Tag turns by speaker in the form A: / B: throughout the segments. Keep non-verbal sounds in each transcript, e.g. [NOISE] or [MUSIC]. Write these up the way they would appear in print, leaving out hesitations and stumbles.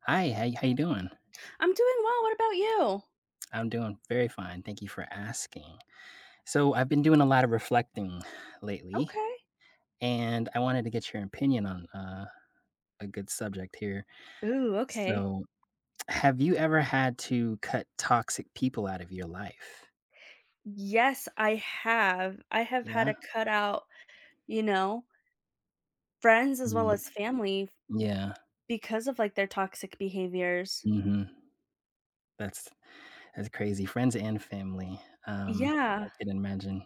A: Hi, how, how you doing?
B: I'm doing well. What about you?
A: I'm doing very fine. Thank you for asking. So I've been doing a lot of reflecting lately,
B: Okay.
A: and I wanted to get your opinion on a good subject here.
B: Ooh, okay.
A: So, have you ever had to cut toxic people out of your life?
B: Yes, I have. I have had
A: Yeah.
B: to cut out, you know, friends as well
A: Mhm.
B: as family
A: Yeah.
B: because of like their toxic behaviors.
A: Hmm. That's that's crazy. Friends and family. Um, I
B: Yeah.
A: can imagine.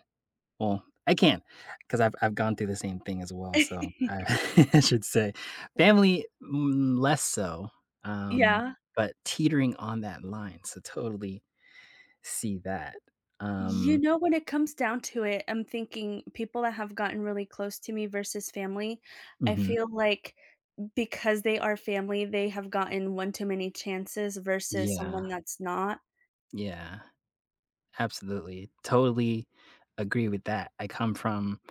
A: Well, I can, because I 'cause I've gone through the same thing as well, so
B: [LAUGHS]
A: I [LAUGHS] I should say. Family, less so, um,
B: Yeah.
A: but teetering on that line, so totally see that.
B: You
A: Um.
B: know, when it comes down to it, I'm thinking people that have gotten really close to me versus family, I
A: Mhm.
B: feel like because they are family, they have gotten one too many chances versus
A: Yeah,
B: someone that's not.
A: yeah, absolutely. Totally agree with that. I come from,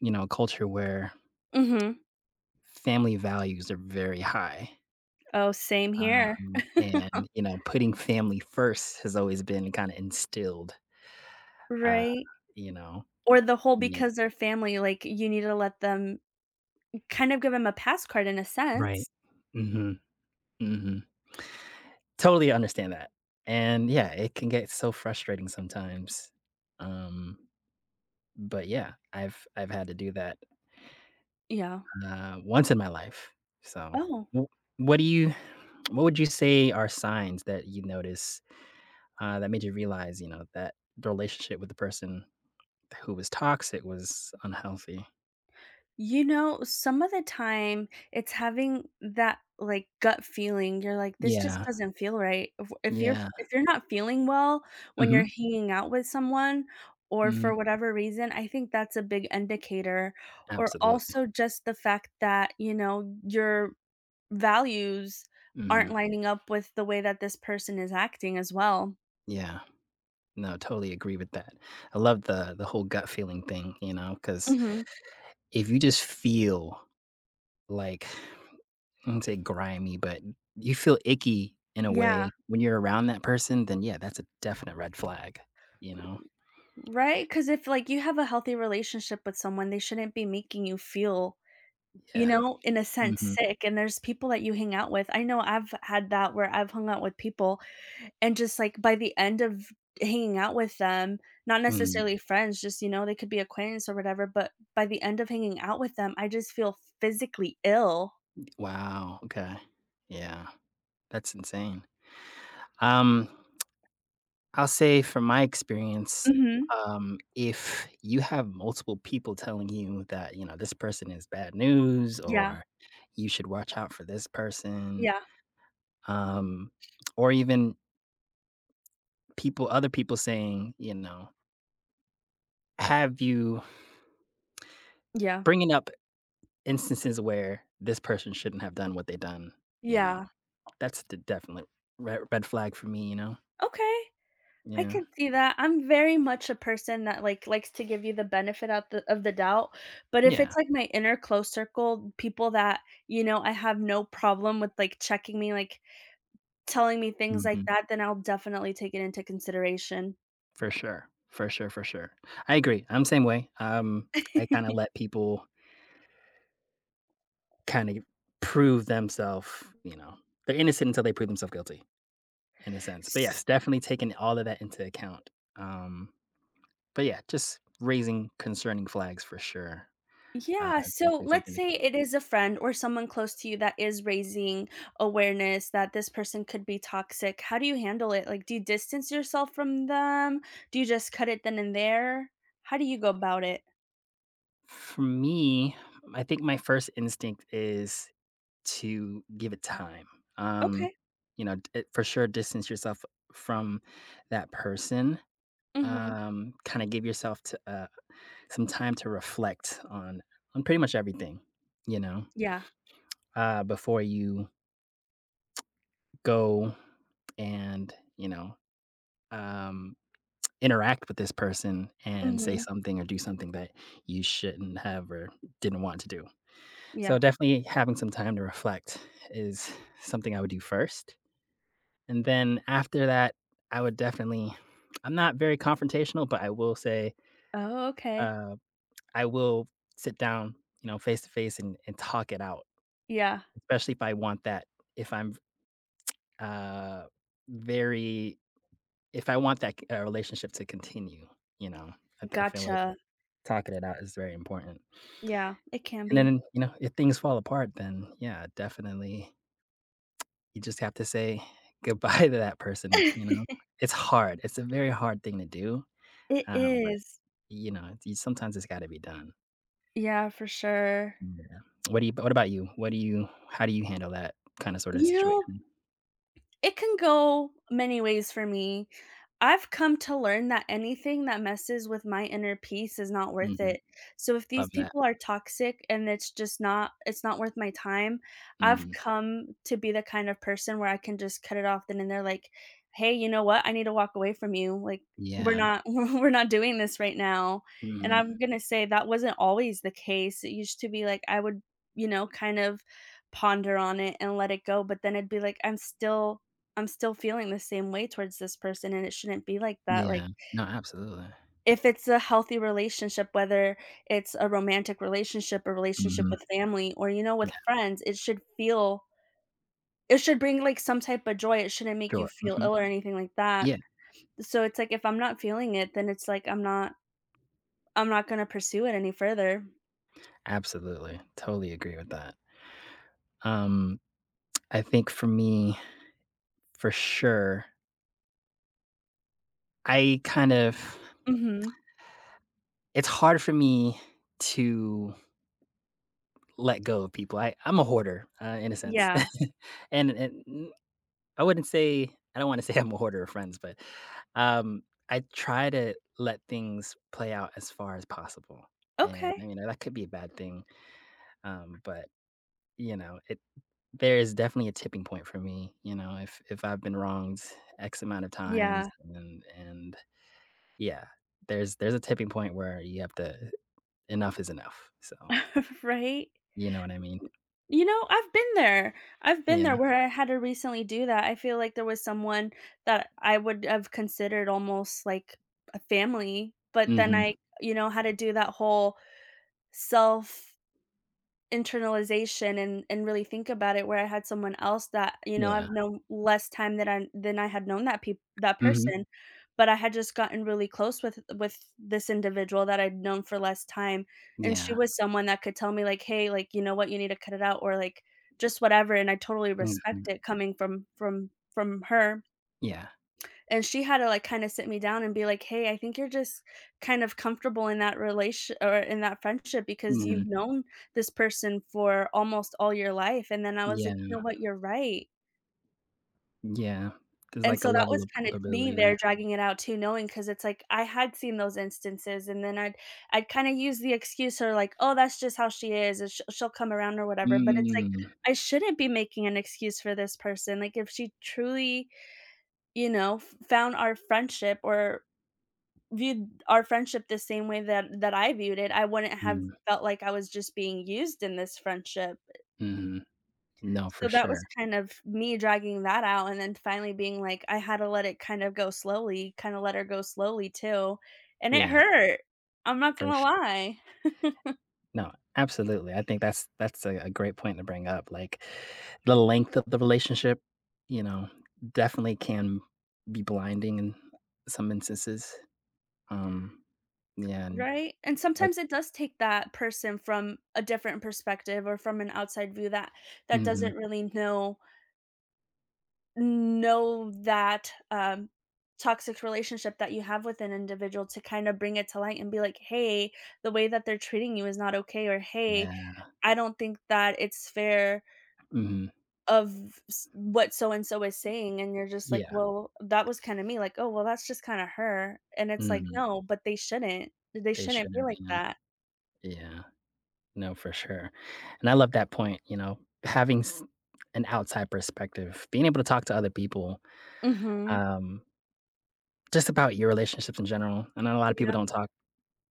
A: you know, a culture where
B: Mhm.
A: family values are very high,
B: Oh, same here.
A: and, you know, putting family first has always been kinda instilled, uh,
B: Right,
A: you know?
B: or the whole
A: Me
B: because they're family, like, you need to let them kind of give them a pass card in a
A: right.
B: sense,
A: Mhm, mhm. Totally understand that, and yeah, it can get so frustrating sometimes, um, but yeah, I've had to do that,
B: yeah.
A: once in my life, so,
B: Oh,
A: wh what do you what would you say are signs that you notice, that made you realize, you know, that the relationship with the person who was toxic was unhealthy?
B: you know, some of the time, it's having that, like, gut feeling, you're like, "This just
A: Yeah,
B: doesn't feel right." If you're
A: yeah.
B: if you're not feeling well when
A: Mhm,
B: you're hanging out with someone or for
A: mhm.
B: whatever reason, I think that's a big indicator, or
A: Absolutely.
B: also just the fact that, you know, you're values aren't
A: Mhm,
B: lining up with the way that this person is acting as well.
A: yeah. No, totally agree with that. I love the whole gut feeling thing, you know, because
B: Mhm.
A: if you just feel like, I wouldn't say grimy, but you feel icky in a
B: Yeah.
A: way when you're around that person, then yeah, that's a definite red flag, you know?
B: Right? Because if, like, you have a healthy relationship with someone, they shouldn't be making you feel, you
A: Yeah.
B: know, in a sense,
A: Mhm.
B: sick, and there's people that you hang out with. I know I've had that where I've hung out with people and just, like, by the end of hanging out with them, not
A: Mhm.
B: necessarily friends, just, you know, they could be acquaintance or whatever, but by the end of hanging out with them, I just feel physically ill.
A: Wow, okay. Yeah. That's insane. Um. I'll say from my experience,
B: Mhm.
A: if you have multiple people telling you that, you know, this person is bad news
B: Yeah.
A: or you should watch out for this person,
B: Yeah.
A: um, or even people other people saying, you know, have you
B: Yeah.
A: bringing up instances where this person shouldn't have done what they done, you know,
B: Yeah.
A: that's the definite red flag for me, you know?
B: Okay, I
A: Yeah.
B: can see that. I'm very much a person that, like, likes to give you the benefit out the of the doubt, but if
A: Yeah.
B: it's, like, my inner close circle, people that, you know, I have no problem with, like, checking me, like, telling me things like
A: Mhm.
B: that, then I'll definitely take it into consideration.
A: For sure. For sure, for sure. I agree. I'm same way. I kinda let
B: [LAUGHS]
A: people kinda prove themselves. You know, they're innocent until they prove themselves guilty in a sense. But yes, definitely taking all of that into account. Um, but yeah, just raising concerning flags for sure.
B: Yeah,
A: It's
B: so
A: definitely
B: let's
A: something that
B: say it is a friend or someone close to you that is raising awareness that this person could be toxic. How do you handle it? Like, do you distance yourself from them? Do you just cut it then and there? How do you go about it?
A: for me, I think my first instinct is to give it time. Um,
B: Okay.
A: you know, for sure distance yourself from that person.
B: Mhm.
A: Kinda give yourself to, some time to reflect on pretty much everything, you know,
B: Yeah.
A: before you go and, you know, um, interact with this person and say
B: Mhm.
A: something or do something that you shouldn't have or didn't want to do. So,
B: Yeah.
A: definitely having some time to reflect is something I would do first, and then after that, I would definitely I'm not very confrontational, but I will say,
B: Oh, okay.
A: uh I will sit down, you know, face to face and talk it out,
B: Yeah.
A: especially if I want that if I'm, uh, very if I want that relationship to continue, you know, I feel like
B: Gotcha.
A: talking it out is very important.
B: Yeah, it can
A: And
B: be.
A: then, you know, if things fall apart, then yeah, definitely you just have to say goodbye [LAUGHS] to that person, you know?
B: [LAUGHS]
A: It's hard, it's a very hard thing to do,
B: It
A: but,
B: is.
A: you know, it's you sometimes it's gotta be done.
B: Yeah, for sure.
A: Yeah. What about you? What do you how do you handle that kinda sorta
B: You know,
A: situation?
B: it can go many ways for me. I've come to learn that anything that messes with my inner peace is not worth
A: Mhm.
B: it. So if
A: Love
B: these
A: that.
B: people are toxic and it's just not worth my time, I've
A: Mhm.
B: come to be the kind of person where I can just cut it off then and they're like, "Hey, you know what? I need to walk away from you. Like we're
A: Yeah.
B: not [LAUGHS] we're not doing this right now." And
A: Mhm.
B: I'm going to say that wasn't always the case. It used to be like I would, you know, kind of ponder on it and let it go, but then it'd be like I'm still feeling the same way towards this person, and it shouldn't be like that. Like,
A: Yeah. No, absolutely.
B: if it's a healthy relationship, whether it's a romantic relationship, a relationship
A: Mhm.
B: with family, or, you know, with
A: Yeah.
B: friends, it should feel it should bring like some type of joy. It shouldn't make
A: Sure.
B: you feel
A: Mhm.
B: ill or anything like that.
A: Yeah.
B: So it's like if I'm not feeling it, then it's like I'm not gonna pursue it any further.
A: Absolutely. Totally agree with that. Um, I think for me, for sure, I kind of
B: Mhm.
A: it's hard for me to let go of people. I'm a hoarder, in a sense.
B: Yeah.
A: [LAUGHS] And I wouldn't say I don't wanna say [LAUGHS] I'm a hoarder of friends, but, um, I try to let things play out as far as possible, and, I
B: Okay.
A: mean, that could be a bad thing, but, you know, it there is definitely a tipping point for me, you know, if I've been wronged X amount of times
B: Yeah.
A: and yeah, there's a tipping point where you have to enough is enough, so,
B: [LAUGHS] Right?
A: you know what I mean?
B: You know, I've been there. I've been there
A: Yeah.
B: where I had to recently do that. I feel like there was someone that I would have considered almost like a family, but then mm,
A: Mhm.
B: I, you know, had to do that whole self internalization and really think about it where I had someone else that, you know, I've
A: Yeah.
B: known less time than I had known that peop that
A: Mhm.
B: person, but I had just gotten really close with this individual that I'd known for less time, and she
A: Yeah.
B: was someone that could tell me like, "Hey, like, you know what, you need to cut it out," or like, just whatever, and I totally respect
A: Mhm.
B: it coming from her.
A: Yeah.
B: And she had to, like, kinda sit me down and be like, "Hey, I think you're just kind of comfortable in that relation or in that friendship because
A: Mhm.
B: you've known this person for almost all your life," and then I was
A: Yeah.
B: like, "You know what? You're right."
A: Yeah, there's
B: And
A: like a
B: so that
A: level
B: was
A: of
B: kinda me
A: comfortability there.
B: there dragging it out too, knowing because it's like I had seen those instances, and then I'd kinda use the excuse or like, "Oh, that's just how she is, and she'll come around or whatever," but it's like,
A: Mm,
B: I shouldn't be making an excuse for this person, like, if she truly, you know, f found our friendship or viewed our friendship the same way that I viewed it, I wouldn't have
A: mm,
B: felt like I was just being used in this friendship.
A: mhm. No,
B: So
A: for
B: that
A: sure.
B: was kind of me dragging that out and then finally being like, I had to let it kind of go slowly, kind of let her go slowly too. And it
A: Yeah,
B: hurt. I'm not
A: for
B: gonna
A: sure.
B: lie. [LAUGHS]
A: No, absolutely. I think that's a great point to bring up, like, the length of the relationship, you know, definitely can be blinding in some instances. Um, yeah, and
B: Right? And
A: like.
B: sometimes it does take that person from a different perspective or from an outside view that
A: Mhm,
B: doesn't really know that, toxic relationship that you have with an individual to kind of bring it to light and be like, "Hey, the way that they're treating you is not okay," or, "Hey,
A: yeah,
B: I don't think that it's fair
A: mhm,
B: of s what so and so is saying," and you're just like,
A: yeah,
B: "Well, that was kinda me," like, "Oh, well, that's just kinda her," and it's like,
A: mhm,
B: "No, but they shouldn't. They
A: they
B: shouldn't be
A: shouldn't,
B: like
A: you know?
B: that."
A: Yeah. No, for sure. And I love that point, you know, having s an outside perspective, being able to talk to other people,
B: Mhm.
A: um, just about your relationships in general. I know a lot of people don't
B: Yeah.
A: talk,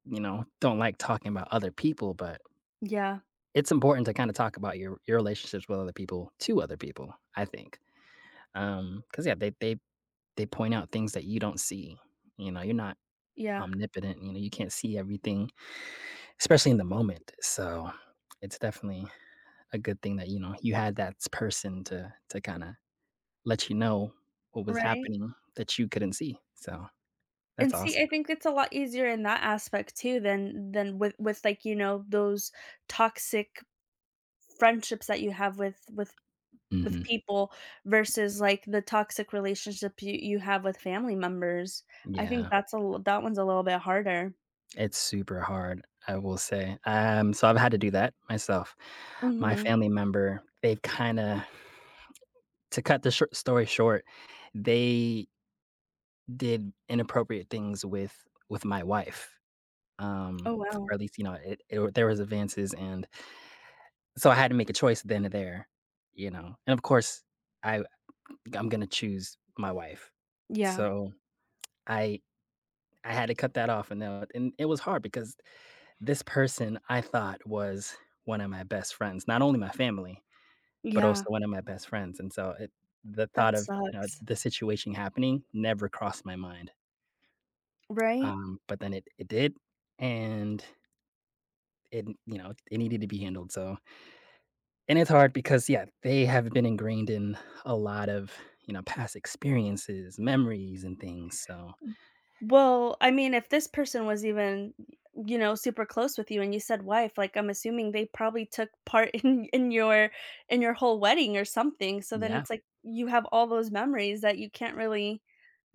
A: you know, don't like talking about other people, but
B: Yeah.
A: it's important to kinda talk about your relationships with other people to other people, I think. Because yeah, they they point out things that you don't see. You know, you're not
B: Yeah.
A: omnipotent, you know, you can't see everything, especially in the moment. So, it's definitely a good thing that, you know, you had that person to kinda let you know what was
B: Right?
A: happening that you couldn't see, so
B: And
A: that's
B: see,
A: awesome.
B: I think it's a lot easier in that aspect too than with like, you know, those toxic friendships that you have with
A: Mhm.
B: people versus like the toxic relationship you have with family members. I think
A: Yeah,
B: that's a that one's a little bit harder.
A: it's super hard, I will say, so I've had to do that myself. My
B: Mhm.
A: family member, they've kinda to cut the short story short, they did inappropriate things with my wife, um,
B: Oh wow.
A: or at least, you know, it there was advances, and so I had to make a choice then and there, you know, and of course, I I'm gonna choose my wife.
B: Yeah.
A: So, I I had to cut that off, and now and it was hard because this person I thought was one of my best friends, not only my family, but also
B: Yeah.
A: one of my best friends, and so it the thought
B: That
A: of, you know,
B: sucks.
A: the situation happening never crossed my mind,
B: Right?
A: but then it did, and it you know, it needed to be handled, so and it's hard because, yeah, they have been ingrained in a lot of, you know, past experiences, memories, and things, so,
B: Well, I mean, if this person was even, you know, super close with you and you said wife, like I'm assuming they probably took part [LAUGHS] in your in your whole wedding or something. So then
A: yeah,
B: it's like you have all those memories that you can't really.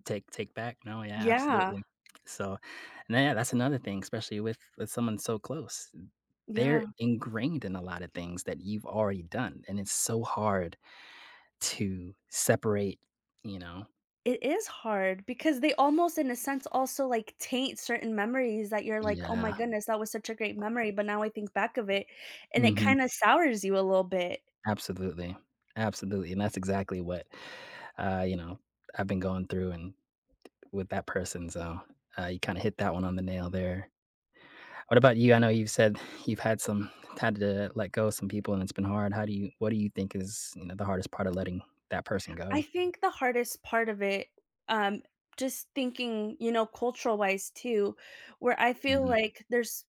A: Take back. No, yeah,
B: Yeah.
A: absolutely. So, and yeah, that's another thing, especially with someone so close. They're
B: Yeah.
A: ingrained in a lot of things that you've already done, and it's so hard to separate, you know?
B: It is hard because they almost in a sense also like taint certain memories that you're like, "Oh my
A: Yeah.
B: goodness, that was such a great memory, but now I think back of it and it
A: Mhm.
B: kind of sours you a little bit."
A: Absolutely. Absolutely, and that's exactly what, you know, I've been going through and with that person, so, you kinda hit that one on the nail there. What about you? I know you've said you've had some had to let go of some people and it's been hard. How do you what do you think is, you know, the hardest part of letting that person
B: I
A: go?
B: think the hardest part of it, um, just thinking, you know, cultural wise too, where I feel
A: Mhm.
B: like there's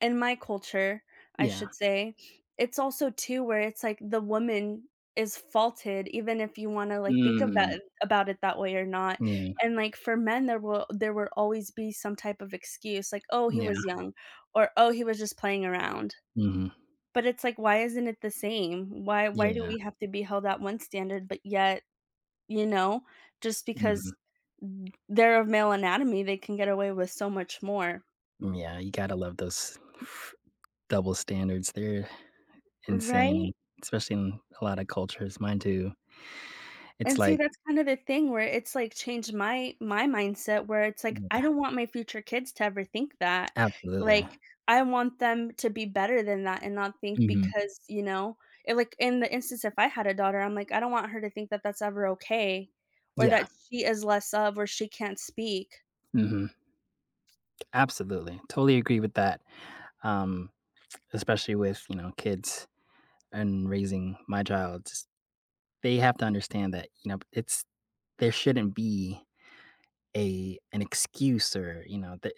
B: in my culture, I
A: Yeah.
B: should say, it's also too where it's like the woman is faulted, even if you want to like think of
A: Mm.
B: that about it that way or not.
A: Yeah.
B: And like for men, there will always be some type of excuse, like oh he
A: Yeah.
B: was young, or oh he was just playing around.
A: Mhm.
B: But it's like why isn't it the same? Why do
A: Yeah.
B: we have to be held at one standard, but yet you know? Just
A: Mhm.
B: because they're of male anatomy, they can get away with so much more.
A: Yeah, you gotta love those double standards. They're insane,
B: Right?
A: and especially in a lot of cultures. Mine too. It's
B: And see,
A: like
B: that's kind of the thing where it's, like, changed my mindset where it's like, I
A: yeah,
B: don't want my future kids to ever think that.
A: absolutely.
B: Like, I want them to be better than that and not think
A: Mhm.
B: because, you know and, like, in the instance if I had a daughter, I'm like, I don't want her to think that that's ever okay or
A: Yeah.
B: that she is less of or she can't speak.
A: Mhm. Absolutely. Totally agree with that. Um, especially with, you know, kids and raising my child, they have to understand that, you know, it's there shouldn't be a an excuse or, you know, that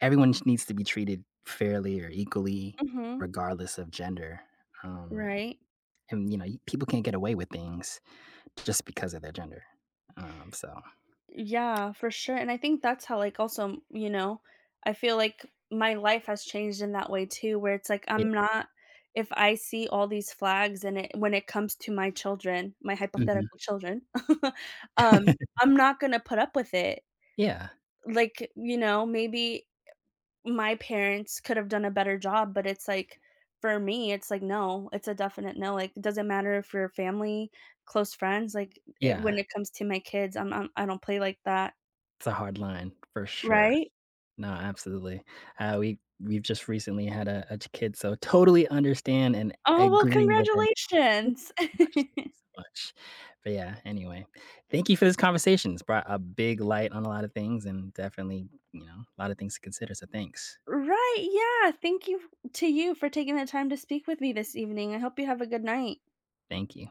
A: everyone needs to be treated fairly or equally
B: Mhm.
A: regardless of gender. Um.
B: Right?
A: And you know, people can't get away with things just because of their gender. Um. So
B: Yeah, for sure, and I think that's how, like, also, you know, I feel like my life has changed in that way too, where it's like
A: yeah.
B: I'm not if I see all these flags and it when it comes to my children, my
A: Mhm.
B: hypothetical children, [LAUGHS] um,
A: [LAUGHS]
B: I'm not gonna put up with it.
A: Yeah.
B: Like, you know, maybe my parents could have done a better job, but it's like for me, it's like, no, it's a definite no, like, it doesn't matter if you're family, close friends, like, it
A: Yeah.
B: when it comes to my kids, I'm I don't play like that.
A: It's a hard line for sure.
B: Right?
A: No, absolutely. We we've just recently had a kid so totally understand and
B: Oh, well,
A: agree with. Thank you
B: congratulations.
A: so much, thank
B: [LAUGHS]
A: you so much. But, yeah, anyway, thank you for this conversation. It's brought a big light on a lot of things and definitely, you know, a lot of things to consider, so thanks.
B: Right, yeah, thank you f to you for taking the time to speak with me this evening. I hope you have a good night.
A: Thank you.